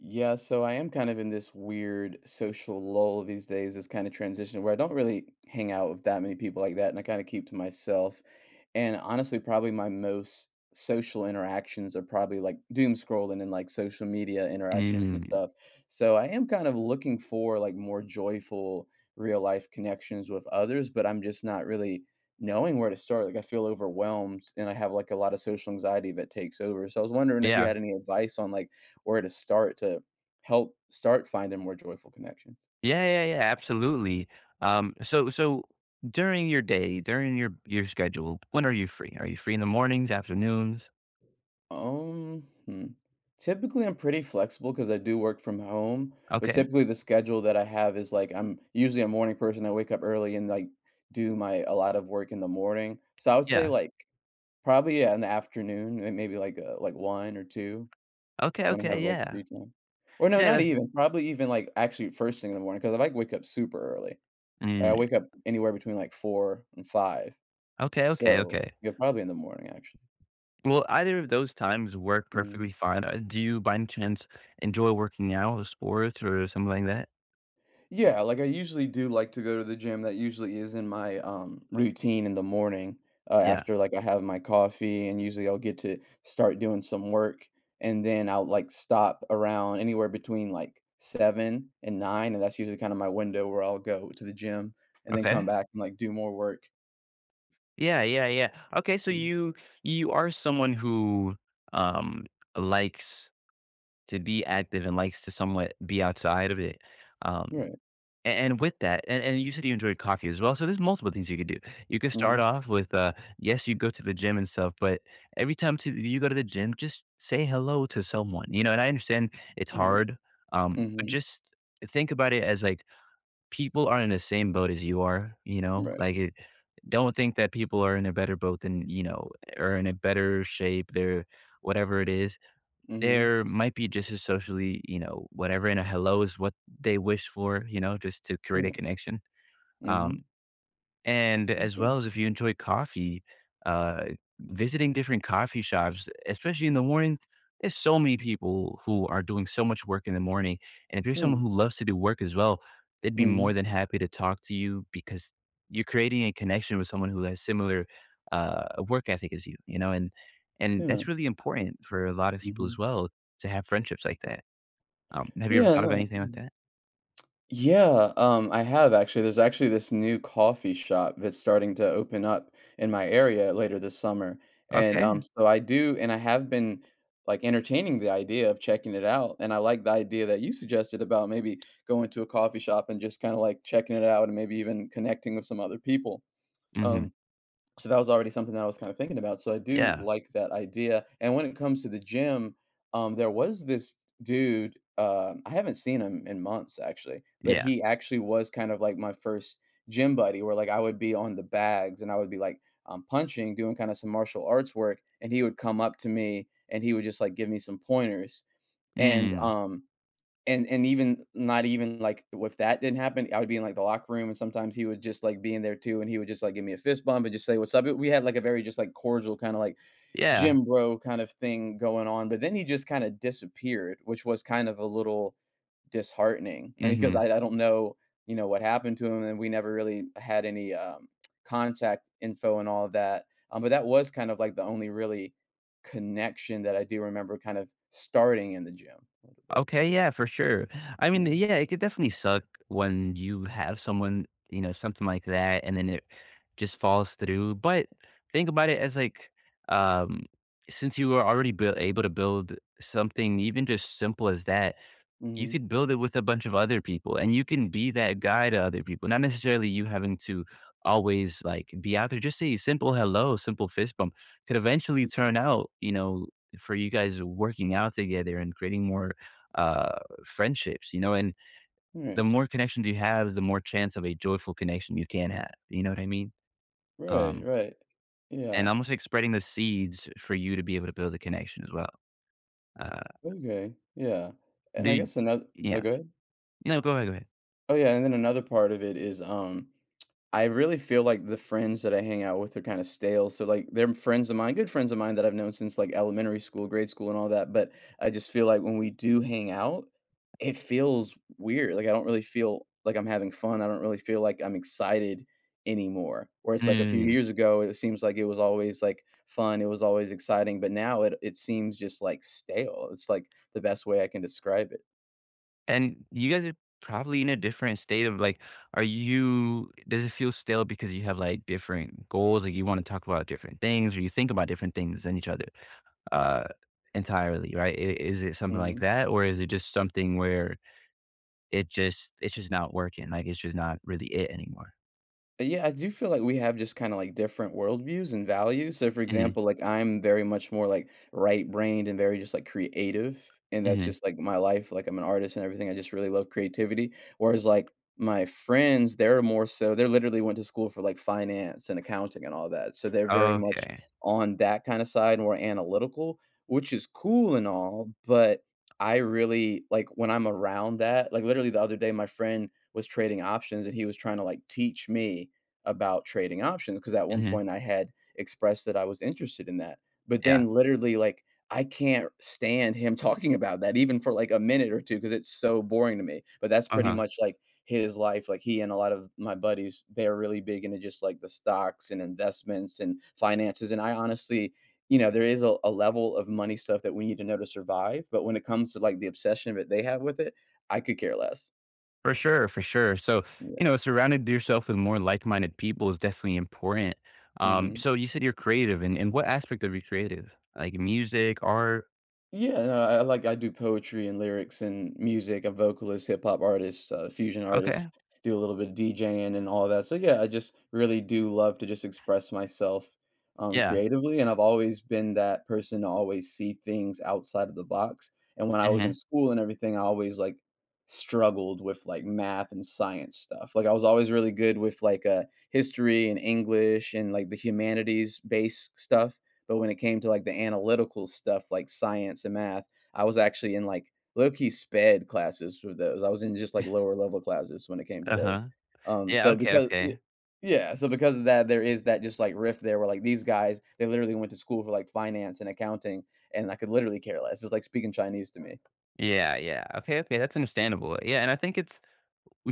Yeah, so I am kind of in this weird social lull these days, this kind of transition where I don't really hang out with that many people like that, and I kind of keep to myself. And honestly, probably my most social interactions are probably like doom scrolling and like social media interactions and Mm, stuff. So I am kind of looking for like more joyful real life connections with others, but I'm just not really knowing where to start. Like I feel overwhelmed and I have like a lot of social anxiety that takes over. So I was wondering if you yeah. had any advice on like or to start to help start finding more joyful connections? Yeah, yeah, yeah, absolutely. So during your day, during your schedule, when are you free? Are you free in the mornings, afternoons? Hmm. Typically, I'm pretty flexible because I do work from home, but Okay. typically the schedule that I have is like I'm usually a morning person. I wake up early and like do my a lot of work in the morning. So I would say Yeah. like probably yeah, in the afternoon, and maybe like one or two. Okay, So when I okay, have like yeah. free time, or no, Yeah, not that's. even probably even like actually first thing in the morning because I like wake up super early. Like I Mm, wake up anywhere between like four and five. okay, okay, So okay. yeah, probably in the morning, actually. Well, either of those times work perfectly Mhm. fine? Do you, by any chance, enjoy working out, or sports, or something like that? Yeah, like, I usually do like to go to the gym, that usually is in my, routine in the morning, Yeah. after, like, I have my coffee, and usually I'll get to start doing some work, and then I'll, like, stop around anywhere between, like, 7 and 9, and that's usually kinda my window where I'll go to the gym and then come Okay. back and, like, do more work. Yeah, yeah, yeah. Okay, so Mm, you are someone who um likes to be active and likes to somewhat be outside of it. Um, right, and, with that, and you said you enjoyed coffee as well. So there's multiple things you could do. You could start mhm, off with, yes, you go to the gym and stuff, but every time you go to the gym, just say hello to someone, you know, and I understand it's right, hard. But mhm, just think about it as like people are in the same boat as you are, you know, right, don't think that people are in a better boat than, you know, or in a better shape. They're, whatever it is, mhm, there might be just as socially, you know, whatever, and a hello is what they wish for, you know, just to create a yeah, connection. mhm, Um, and as okay, well as if you enjoy coffee, uh, visiting different coffee shops, especially in the morning, there's so many people who are doing so much work in the morning. And if you're yeah, someone who loves to do work as well, they'd be more mhm, than happy to talk to you because you're creating a connection with someone who has similar work ethic as you, you know, and yeah, that's really important for a lot of people as mhm, well to have friendships like that. Have you ever yeah. thought of anything like that? Yeah, I have actually. There's actually this new coffee shop that's starting to open up in my area later this summer. And Okay. so I do, and I have been like entertaining the idea of checking it out. And I like the idea that you suggested about maybe going to a coffee shop and just kind of like checking it out and maybe even connecting with some other people. Hmm. Um, so that was already something that I was kind of thinking about. So I do Yeah. like that idea. And when it comes to the gym, there was this dude. I haven't seen him in months actually, but Yeah. he actually was kind of like my first gym buddy, where like I would be on the bags and I would be like punching, doing kind of some martial arts work, and he would come up to me and he would just like give me some pointers. And Mm. um, and even not even, like, if that didn't happen, I would be in, like, the locker room, and sometimes he would just, like, be in there too, and he would just, like, give me a fist bump and just say, "What's up?" We had, like, a very just, like, cordial kinda, like, Yeah. gym bro kind of thing going on, but then he just kinda disappeared, which was kind of a little disheartening, I mean, 'cause Hmm. I don't know, what happened to him, and we never really had any, contact info and all of that, but that was kind of, like, the only really connection that I do remember kind of starting in the gym a little bit, Okay, yeah, for sure. I mean, yeah. yeah, it could definitely suck when you have someone, you know, something like that, and then it just falls through. But think about it as like, um, since you were already able to build something even just simple as that, you could Mhm. build it with a bunch of other people, and you can be that guy to other people, not necessarily you having to always like be out there. Just a simple hello, simple fist bump could eventually turn out, you know, for you guys working out together and creating more uh friendships, you know, and the Right, more connections you have, the more chance of a joyful connection you can have, you know what I mean? right, um right. Yeah, and almost like spreading the seeds for you to be able to build a connection as well. uh okay, yeah, and I dude guess another oh, yeah. go ahead. No, go ahead, go Oh, yeah, and then another part of it is, I really feel like the friends that I hang out with are kind of stale. So like they're friends of mine, good friends of mine that I've known since like elementary school, grade school and all that, but I just feel like when we do hang out, it feels weird. Like I don't really feel like I'm having fun. I don't really feel like I'm excited anymore. Where it's like a few ahead. years ago, it seems like it was always like fun, it was always exciting, but now it seems just like stale. It's like the best way I can describe it. And you guys are probably in a different state of like, are you does it feel stale because you have like different goals? Like you want to talk about different things or you think about different things than each other uh entirely, right? Is it something Mm-hmm. like that? Or is it just something where it's just not working? Like it's just not really it anymore. Yeah, I do feel like we have just kinda, like, different worldviews and values. So, for Hmm. example, like, I'm very much more, like, right-brained and very just, like, creative, and that's Hmm. just, like, my life, like, I'm an artist and everything, I just really love creativity. Whereas, like, my friends, they're more so they literally went to school for, like, finance and accounting and all that, so they're very much Okay. on that kinda side, more analytical, which is cool and all, but I really like, when I'm around that like, literally the other day, my friend was trading options and he was trying to, like, teach me about trading options because at one Hmm. point I had expressed that I was interested in that. But Yeah. then literally like I can't stand him talking about that even for like a minute or two because it's so boring to me. But that's pretty Uh-huh. much like his life. Like he and a lot of my buddies, they're really big into just like the stocks and investments and finances. And I honestly, there is a level of money stuff that we need to know to survive. But when it comes to like the obsession that they have with it, I could care less. For sure, for sure. So, Yeah. you know, surrounding yourself with more like-minded people is definitely important. Um, Hmm. so you said you're creative, and what aspect of you creative? Like music, art? Yeah, no, I like I do poetry and lyrics and music. I'm vocalist, hip hop artist, fusion Okay. artist. Do a little bit of DJing and all that. So yeah, I just really do love to just express myself Yeah. creatively, and I've always been that person to always see things outside of the box. And when I was Hmm. in school and everything, I always like struggled with like math and science stuff. Like I was always really good with like history and English and like the humanities based stuff but when it came to, like, the analytical stuff, like science and math, I was actually in, like, low-key sped classes for those. I was in just, like, lower level classes when it came to those. Uh-huh. Yeah. So Okay. because y Okay. yeah, so because of that, there is that just, like, rift there where, like, these guys, they literally went to school for, like, finance and accounting, and I could literally care less. It's like speaking Chinese to me. Yeah. Yeah. Okay. Okay. That's understandable. Yeah. And I think it's.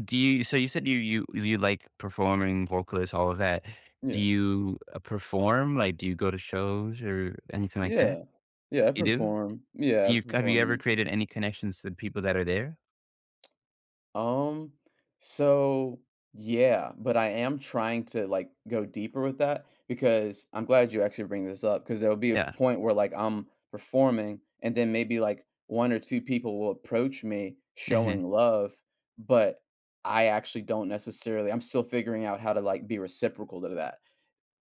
Do you? So you said you like performing, vocalist, all of that. Do Yeah. you perform? Like, do you go to shows or anything like that? Yeah. Yeah, I You do. perform. Yeah, I You perform ever in a. created any connections to the people that are there? Um, so yeah, but I am trying to like go deeper with that because I'm glad you actually bring this up because there'll be a Yeah. point where like I'm performing and then maybe like one or two people will approach me Mm-hmm. showing love, but I actually don't necessarily I'm still figuring out how to like be reciprocal to that.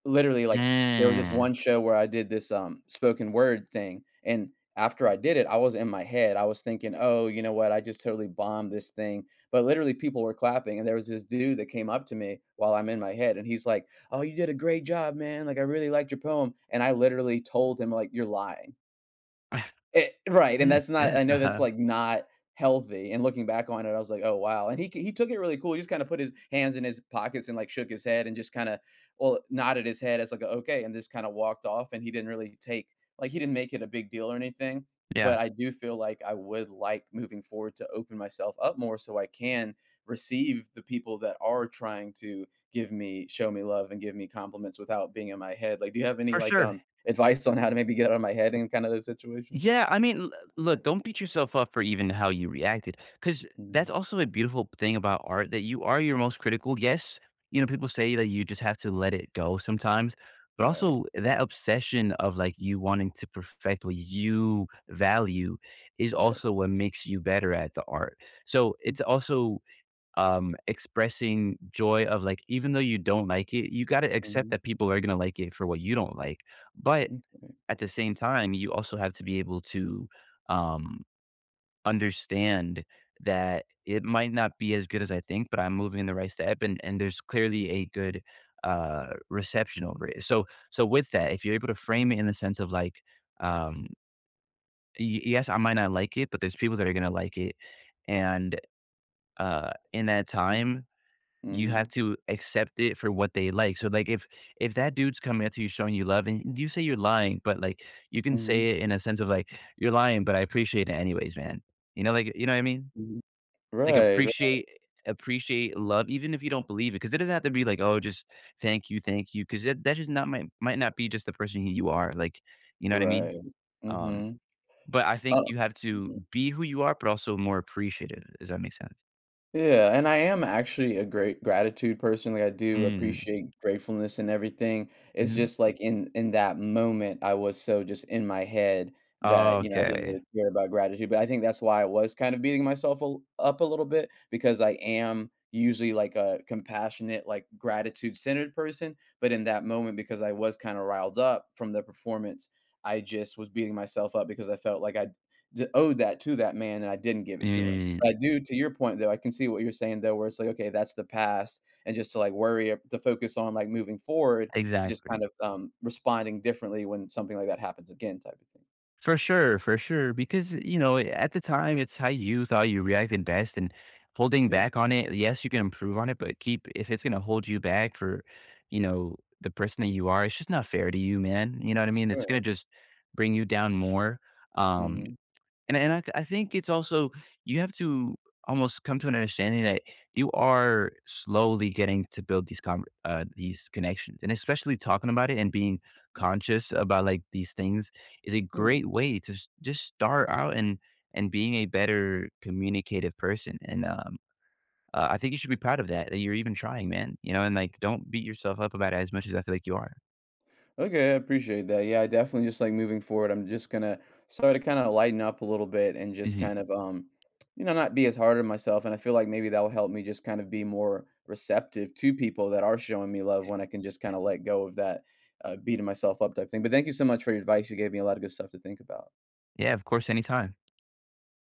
Literally, like, there was this Yeah. one show where I did this, spoken word thing, and after I did it, I was in my head, I was thinking, "Oh, you know what, I just totally bombed this thing," but literally people were clapping, and there was this dude that came up to me while I'm in my head, and he's like, "Oh, you did a great job, man, like, I really liked your poem," and I literally told him, like, "You're lying." It right, and that's not I know that's, Uh-huh. like, not healthy, and looking back on it, I was like, "Oh, wow," and he took it really cool, he just kinda put his hands in his pockets and, like, shook his head and just kinda well, nodded his head as, like, "Okay," and just kinda walked off, and he didn't really take like, he didn't make it a big deal or anything, Yeah, but I do feel like I would like moving forward to open myself up more so I can receive the people that are trying to give me show me love and give me compliments without being in my head, like, do you have any, for like, sure. Advice on how to maybe get out of my head in kinda those situations? Yeah, I mean, l look, don't beat yourself up for even how you reacted, because that's Mm, also a beautiful thing about art that you are your most critical. Yes, you know, people say that you just have to let it go sometimes, but right, also that obsession of, like, you wanting to perfect what you value is right. also what makes you better at the art. So, it's also expressing joy of like, even though you don't like it, you got to accept Mm, that people are going to like it for what you don't like. But mhm, okay. at the same time, you also have to be able to um, understand that it might not be as good as I think, but I'm moving in the right step, and there's clearly a good reception over it. So with that, if you're able to Mm, frame it in the sense of like, um, yes, I might not like it, but there's people that are going to like it, and in that mhm, time you have mhm, to accept it for what they like. So, like, if that dude's coming up to you showing you love and you say you're lying, but like you can mhm, say it in a sense of like, "You're lying, but I appreciate it anyways, man." You know, like you know what I mean? mhm. Like Right, right, appreciate love even if you don't believe it, because 'cause it doesn't have to be like, "Oh, just thank you, because that's just not might not be just the person who you are," like, you know what I mean? right. Um, Mhm. but I think Uh you have to be who you are, but also more appreciative. Does that make sense? Yeah, and I am actually a great gratitude person, like, I do Mm, appreciate gratefulness and everything. It's mhm. just, like, in that moment, I was so just in my head that, I didn't Okay. really care about gratitude, but I think that's why I was kind of beating myself up a little bit because I am usually, like, a compassionate, like, gratitude-centered person, but in that moment, because I was kinda riled up from the performance, I just was beating myself up because I felt like I d owed that to that man, and I didn't give it to him. But I Mm. do to your point, though, I can see what you're saying, though, where it's like, okay, that's the past, and just to, like, to focus on, like, moving forward, just kind Exactly. of, responding differently when something like that happens again type of thing. For sure, for sure. Because, you know, at the time, it's how you thought you reacted best and holding Yeah. back on it. Yes, you can improve on it, but keep, if it's going to hold you back for, you know, the person that you are, it's just not fair to you, man. You know what I mean? It's going Right. to just bring you down more. Um, Mhm. and I think it's also you have to almost come to an understanding that you are slowly getting to build these connections, and especially talking about it and being conscious about, like, these things is a Yeah. great way to s just start out, and being a better communicative person, and, I think you should be proud of that, that you're even trying, man, you know, and, like, don't beat yourself up about it as much as I feel like you are. Okay, I appreciate that. Yeah, I definitely just like moving forward. I'm just gonna start to kind of lighten up a little bit and just Mhm. kind of not be as hard on myself. And I feel like maybe that will help me just kind of be more receptive to people that are showing me love when I can just kind of let go of that beating myself up type thing. But thank you so much for your advice. You gave me a lot of good stuff to think about. Yeah, of course, anytime.